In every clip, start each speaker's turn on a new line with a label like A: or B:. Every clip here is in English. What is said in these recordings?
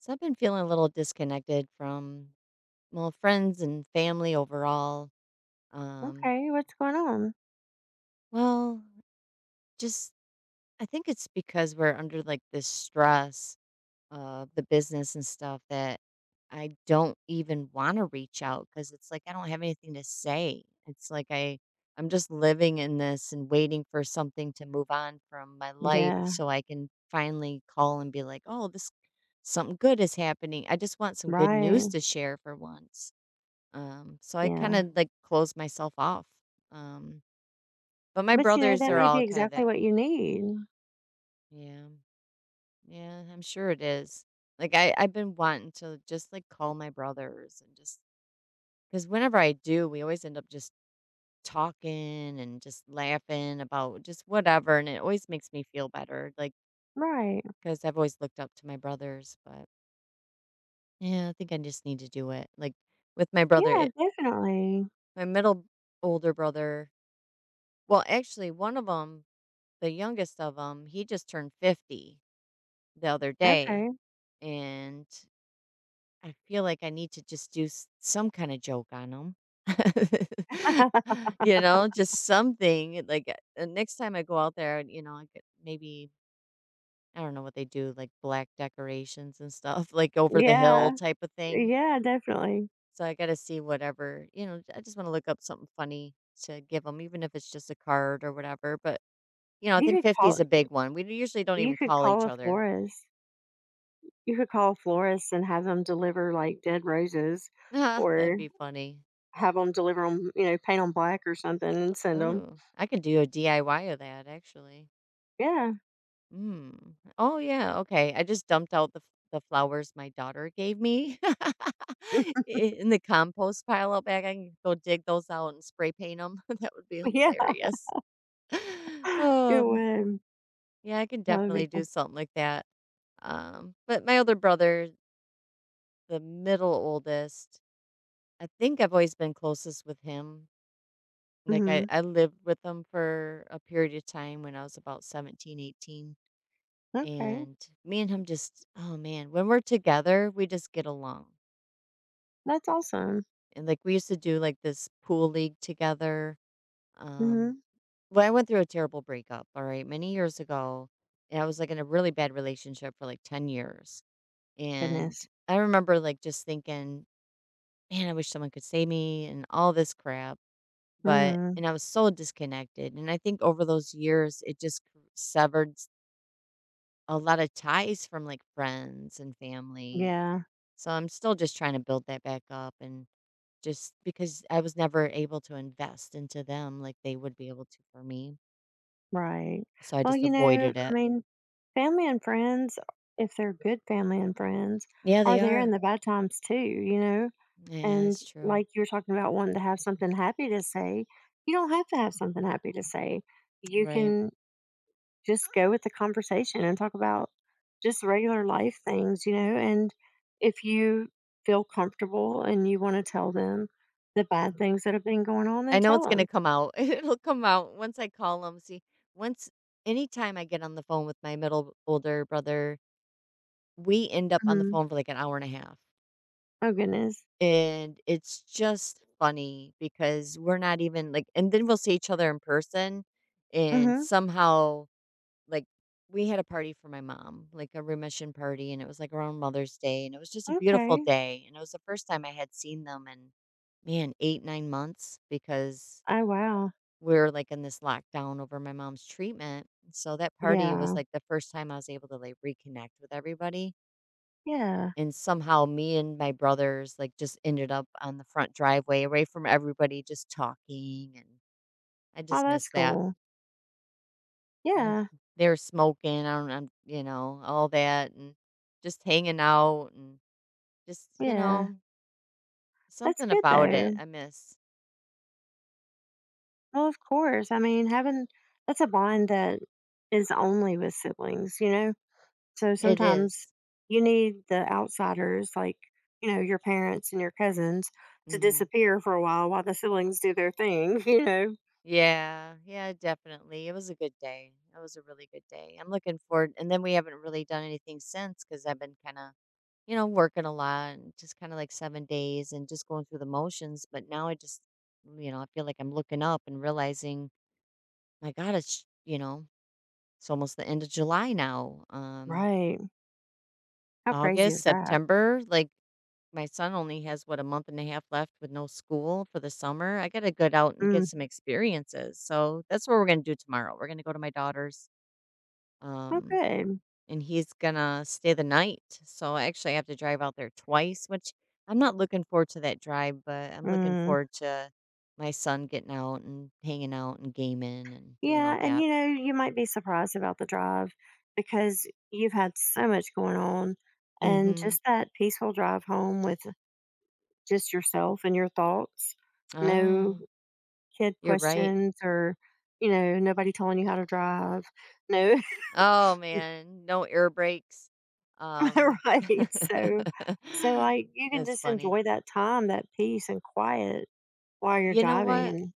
A: So I've been feeling a little disconnected from, well, friends and family overall. Um,
B: Okay, what's going on?
A: well, just, I think it's because we're under like this stress of the business and stuff that I don't even want to reach out because it's like I don't have anything to say. It's like I'm just living in this and waiting for something to move on from my life
B: Yeah,
A: so I can finally call and be like, "Oh, this something good is happening. I just want some good news
B: right.
A: to share for once." So I kind
B: Yeah.
A: of like closed myself off. Um, but my
B: But you know,
A: brothers
B: that
A: are
B: may be
A: all kind of
B: exactly
A: that.
B: what you need.
A: Yeah, yeah, I'm sure it is. Like I've been wanting to just like call my brothers and just because whenever I do, we always end up just talking and just laughing about just whatever, and it always makes me feel better. Like
B: Right.
A: because I've always looked up to my brothers, but yeah, I think I just need to do it. Like with my brother,
B: Yeah,
A: it,
B: definitely.
A: my middle older brother. Well, actually, one of them, the youngest of them, he just turned 50 the other day.
B: Okay.
A: And I feel like I need to just do some kind of joke on him. Just something like next time I go out there, I could maybe, I don't know what they do, like black decorations and stuff, like over the hill
B: Yeah.
A: type of thing.
B: Yeah, definitely.
A: So I got to see whatever, I just want to look up something funny to give them, even if it's just a card or whatever. But I
B: You
A: think
B: could
A: 50
B: call
A: is a big one. We usually don't
B: you
A: even
B: could
A: call
B: call
A: each
B: a
A: other.
B: florist. You could call a florist and have them deliver like dead roses,
A: Ah, that'd
B: or
A: be funny.
B: have them deliver them, you know, paint on black or something and send them.
A: Oh, I could do a DIY of that actually.
B: Yeah.
A: Mm. Oh yeah, okay. I just dumped out the the flowers my daughter gave me in the compost pile out back. I can go dig those out and spray paint them. That would be
B: Yeah.
A: hilarious.
B: It
A: Um,
B: would.
A: yeah, I can
B: That would be
A: definitely do
B: cool.
A: something like that. But my other brother, the middle oldest, I think I've always been closest with him. Like, I
B: Hmm.
A: I lived with him for a period of time when I was about 17, 18,
B: Okay.
A: and me and him just, oh, man, when we're together, we just get along,
B: That's awesome.
A: and, like, we used to do, like, this pool league together. um
B: Hmm.
A: well, I went through a terrible breakup, alright, many years ago, and I was, like, in a really bad relationship for, like, 10 years, and
B: Goodness.
A: I remember, like, just thinking, "Man, I wish someone could save me," and all this crap. But
B: Mhm.
A: and I was so disconnected, and I think over those years, it just c severed s a lot of ties from, like, friends and family, and
B: Yeah,
A: so I'm still just trying to build that back up, and just because I was never able to invest into them like they would be able to for me,
B: right.
A: so I
B: Well,
A: just
B: you know,
A: avoided
B: I
A: it.
B: mean, family and friends, if they're good family and friends,
A: Yeah,
B: are
A: they
B: there in
A: are.
B: the bad times too, you know?
A: Yeah,
B: And
A: that's true.
B: like you were talking about wanting to have something happy to say, you don't have to have something happy to say. You
A: Right.
B: can just go with the conversation and talk about just regular life things, you know? And if you feel comfortable and you want to tell them the bad things that have been going on, then
A: I know
B: tell
A: it's gonna
B: them.
A: come out. It'll come out once I call them. See, once anytime I get on the phone with my middle older brother, we end up on the
B: Hmm.
A: phone for like an hour and a half.
B: Oh, goodness.
A: And it's just funny because we're not even like, and then we'll see each other in person. And
B: Hmm.
A: somehow, like, we had a party for my mom, like a remission party. And it was like around Mother's Day. And it was just a beautiful
B: Okay.
A: day. And it was the first time I had seen them in, man, 8, 9 months, because
B: Oh, wow.
A: we're like in this lockdown over my mom's treatment. So that party was
B: Yeah.
A: like the first time I was able to like reconnect with everybody.
B: Yeah.
A: And somehow me and my brothers, like, just ended up on the front driveway away from everybody just talking, and I
B: Oh,
A: just
B: that's
A: miss that.
B: cool.
A: And
B: Yeah.
A: they were smoking, I don't, I'm, you know, all that, and just hanging out, and just,
B: Yeah. That's
A: something
B: good
A: about
B: though.
A: it I miss.
B: Well, of course. I mean, having that's a bond that is only with siblings, you know? So
A: It
B: sometimes
A: is.
B: you need the outsiders, like, you know, your parents and your cousins to
A: Mhm.
B: disappear for a while the siblings do their thing, you know?
A: Yeah, yeah, definitely. It was a good day. It was a really good day. I'm looking forward, and then we haven't really done anything since, because 'cause I've been kinda, working a lot and just kind of like 7 days and just going through the motions. But now I just, I feel like I'm looking up and realizing, my God, it's almost the end of July now.
B: Right. How crazy
A: August,
B: is that?
A: September, like my son only has what a month and a half left with no school for the summer. I got to get out and get
B: Mm.
A: some experiences. So that's what we're going to do tomorrow. We're going to go to my daughter's.
B: Oh,
A: Um,
B: good.
A: and he's gonna stay the night. So I actually have to drive out there twice, which I'm not looking forward to that drive, but I'm looking
B: Mm.
A: forward to my son getting out and hanging out and gaming and doing
B: Yeah,
A: all
B: and
A: that.
B: you know, you might be surprised about the drive because you've had so much going on and
A: Mhm.
B: just that peaceful drive home with just yourself and your thoughts. No
A: Oh,
B: kid
A: you're right.
B: questions, or you know, nobody telling you how to drive. No,
A: Oh man, no air brakes. Um
B: right. So so like you can
A: That's
B: just
A: funny.
B: enjoy that time, that peace and quiet while you're
A: You know
B: driving
A: what?
B: and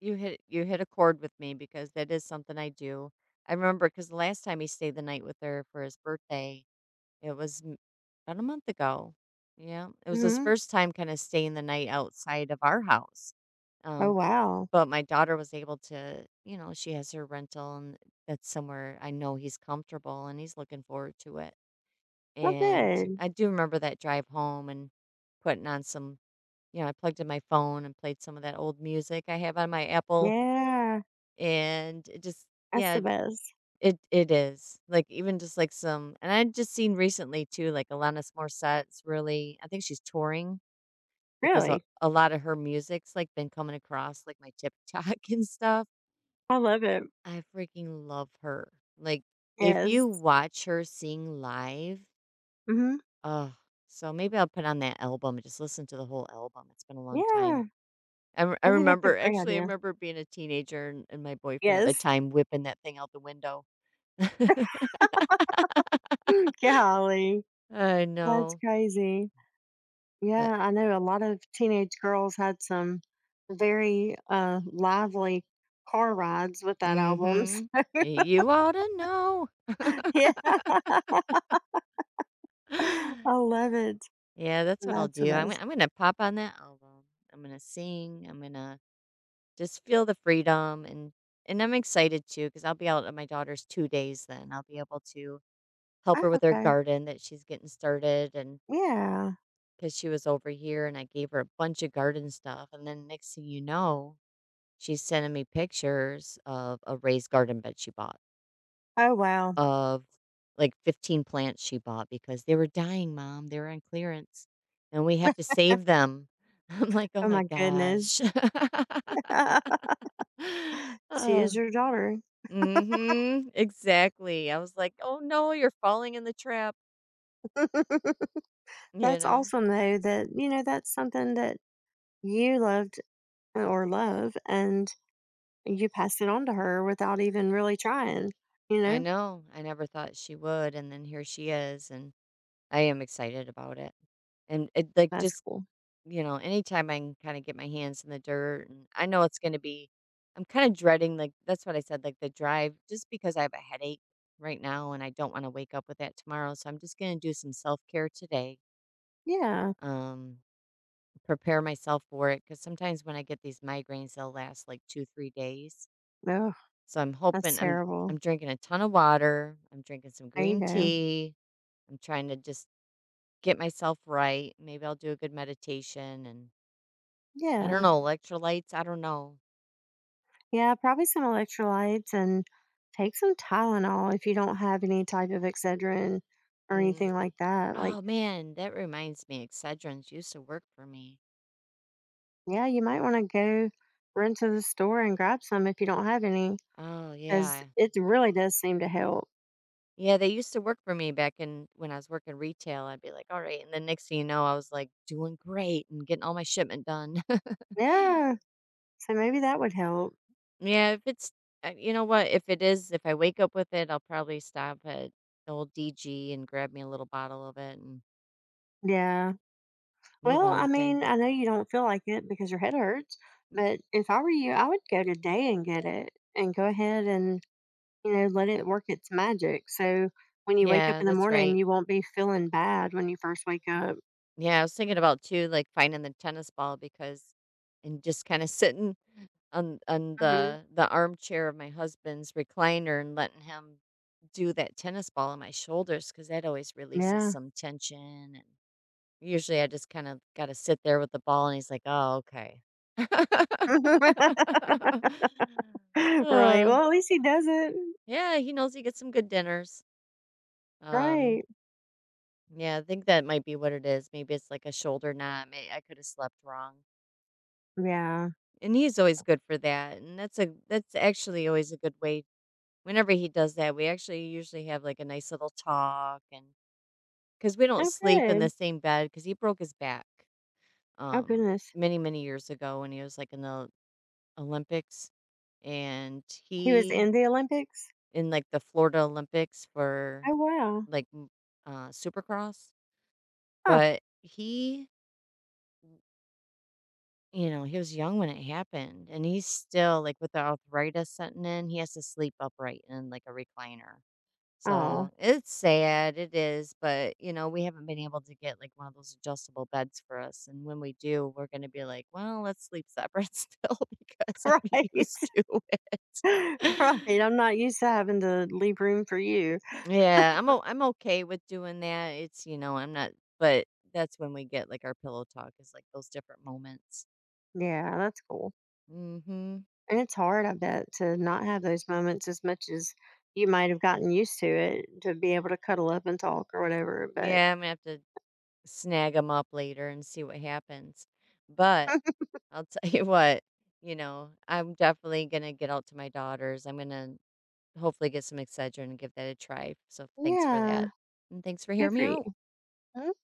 A: You hit a chord with me because that is something I do. I remember, because the last time he stayed the night with her for his birthday, it was m about a month ago. Yeah, it was his
B: mhm.
A: first time kinda staying the night outside of our house,
B: Oh
A: um,
B: wow.
A: but my daughter was able to, she has her rental, and that's somewhere I know he's comfortable, and he's looking forward to it,
B: Well
A: and
B: good.
A: I do remember that drive home and putting on some, I plugged in my phone and played some of that old music I have on my Apple,
B: Yeah.
A: and it just,
B: That's the
A: yeah.
B: best.
A: It is, like, even just, like, some, and I just seen recently too, like, Alanis Morissette's really, I think she's touring because a
B: Really.
A: a lot of her music's, like, been coming across, like, my TikTok and stuff.
B: I love it.
A: I freaking love her. Like, if
B: Yes.
A: you watch her sing live,
B: Mhm.
A: oh, so maybe I'll put on that album and just listen to the whole album. It's been a long
B: Yeah,
A: time. I
B: I think that's a
A: remember
B: great
A: actually, I
B: idea.
A: remember being a teenager and my boyfriend at the
B: Yes.
A: time whipping that thing out the window.
B: Golly,
A: I
B: that's
A: know,
B: crazy.
A: but
B: Yeah, I know a lot of teenage girls had some very, lively car rides with that album.
A: Mhm. You ought to know.
B: Yeah. I love it.
A: Yeah, that's what I'll
B: That's the
A: do.
B: best.
A: I'm gonna pop on that album. I'm gonna sing. I'm gonna just feel the freedom, and I'm excited too, because 'cause I'll be out at my daughter's 2 days then. I'll be able to help
B: Oh,
A: her with her
B: okay.
A: garden that she's getting started, and
B: Yeah.
A: because she was over here and I gave her a bunch of garden stuff, and then next thing you know, she's sending me pictures of a raised garden bed she bought.
B: Oh, wow.
A: Of like 15 plants she bought because they were dying, mom. They were on clearance and we have to save them. I'm like, oh
B: Oh, my
A: my
B: goodness.
A: gosh.
B: She is
A: Oh,
B: your daughter.
A: mm-hmm, exactly. I was like, oh no, you're falling in the trap. You
B: That's
A: know,
B: awesome, though, that, you know, that's something that you loved, or love, and you passed it on to her without even really trying, you
A: I
B: know?
A: know. I never thought she would. And then here she is. And I am excited about it. And it, like,
B: That's
A: just,
B: cool.
A: anytime I can kind of get my hands in the dirt, and I know it's going to be, I'm kind of dreading, like that's what I said, like the drive, just because I have a headache right now and I don't want to wake up with that tomorrow, so I'm just going to do some self-care today.
B: Yeah.
A: Um Prepare myself for it cuz sometimes when I get these migraines they'll last like 2-3 days.
B: Ugh,
A: So I'm
B: that's
A: hoping, I'm
B: terrible.
A: I'm drinking a ton of water, I'm drinking some
B: There you
A: green
B: go.
A: tea, I'm trying to just get myself right. Maybe I'll do a good meditation, and I don't
B: Yeah.
A: know, electrolytes, I don't know.
B: Yeah, probably some electrolytes and take some Tylenol if you don't have any type of Excedrin or anything
A: Mm.
B: like that. Like,
A: Oh man, that reminds me. Excedrins used to work for me.
B: yeah, you might wanna go run to the store and grab some if you don't have any,
A: Oh
B: because
A: yeah.
B: it really does seem to help.
A: Yeah, they used to work for me back in when I was working retail. I'd be like, all right. And then next thing you know, I was like doing great and getting all my shipment done.
B: Yeah. So maybe that would help.
A: Yeah, if it's, you know what? If it is, if I wake up with it, I'll probably stop at the old DG and grab me a little bottle of it and
B: Yeah.
A: move
B: Well,
A: on
B: I
A: with it.
B: mean, I know you don't feel like it because your head hurts, but if I were you, I would go today and get it and go ahead and, you know, let it work its magic. So when you wake up
A: Yeah,
B: in the
A: that's
B: morning,
A: right.
B: you won't be feeling bad when you first wake up.
A: Yeah, I was thinking about too, like finding the tennis ball, because and just kind of sitting on
B: Hmm.
A: the armchair of my husband's recliner and letting him do that tennis ball on my shoulders because that always releases
B: Yeah.
A: some tension. And usually I just kind of got to sit there with the ball, and he's like, "Oh, okay."
B: right.
A: Uh,
B: Well, at least he does it.
A: yeah, he knows he gets some good dinners. Um,
B: Right.
A: yeah, I think that might be what it is. Maybe it's like a shoulder knot. May I could have slept wrong,
B: Yeah.
A: and he's always good for that. And that's actually always a good way. Whenever he does that, we actually usually have, like, a nice little talk, and because we don't
B: Oh,
A: sleep in the
B: good.
A: same bed, because he broke his back,
B: Oh,
A: um,
B: goodness.
A: many, many years ago when he was, like, in the Olympics, and
B: He was
A: he
B: in the Olympics.
A: in, like, the Florida Olympics for,
B: Oh, wow.
A: like, m Supercross,
B: Huh.
A: but he, he was young when it happened, and he's still like, with the arthritis setting in, he has to sleep upright in, like, a recliner.
B: Oh,
A: So it's sad, it is, but we haven't been able to get like one of those adjustable beds for us. And when we do, we're going to be like, well, let's sleep separate still because I'm
B: right.
A: used to it.
B: right. I'm not used to having to leave room for you.
A: Yeah, I'm okay with doing that. It's, I'm not, but that's when we get like our pillow talk is like those different moments.
B: Yeah, that's cool.
A: Mm-hmm.
B: And it's hard, I bet, to not have those moments as much as you might have gotten used to it, to be able to cuddle up and talk or whatever. But
A: Yeah, I'm gonna have to snag them up later and see what happens. But I'll tell you what, I'm definitely gonna get out to my daughters. I'm gonna hopefully get some Excedrin and give that a try. So thanks for
B: yeah,
A: that. And thanks for
B: good
A: hearing me
B: for
A: out.
B: you.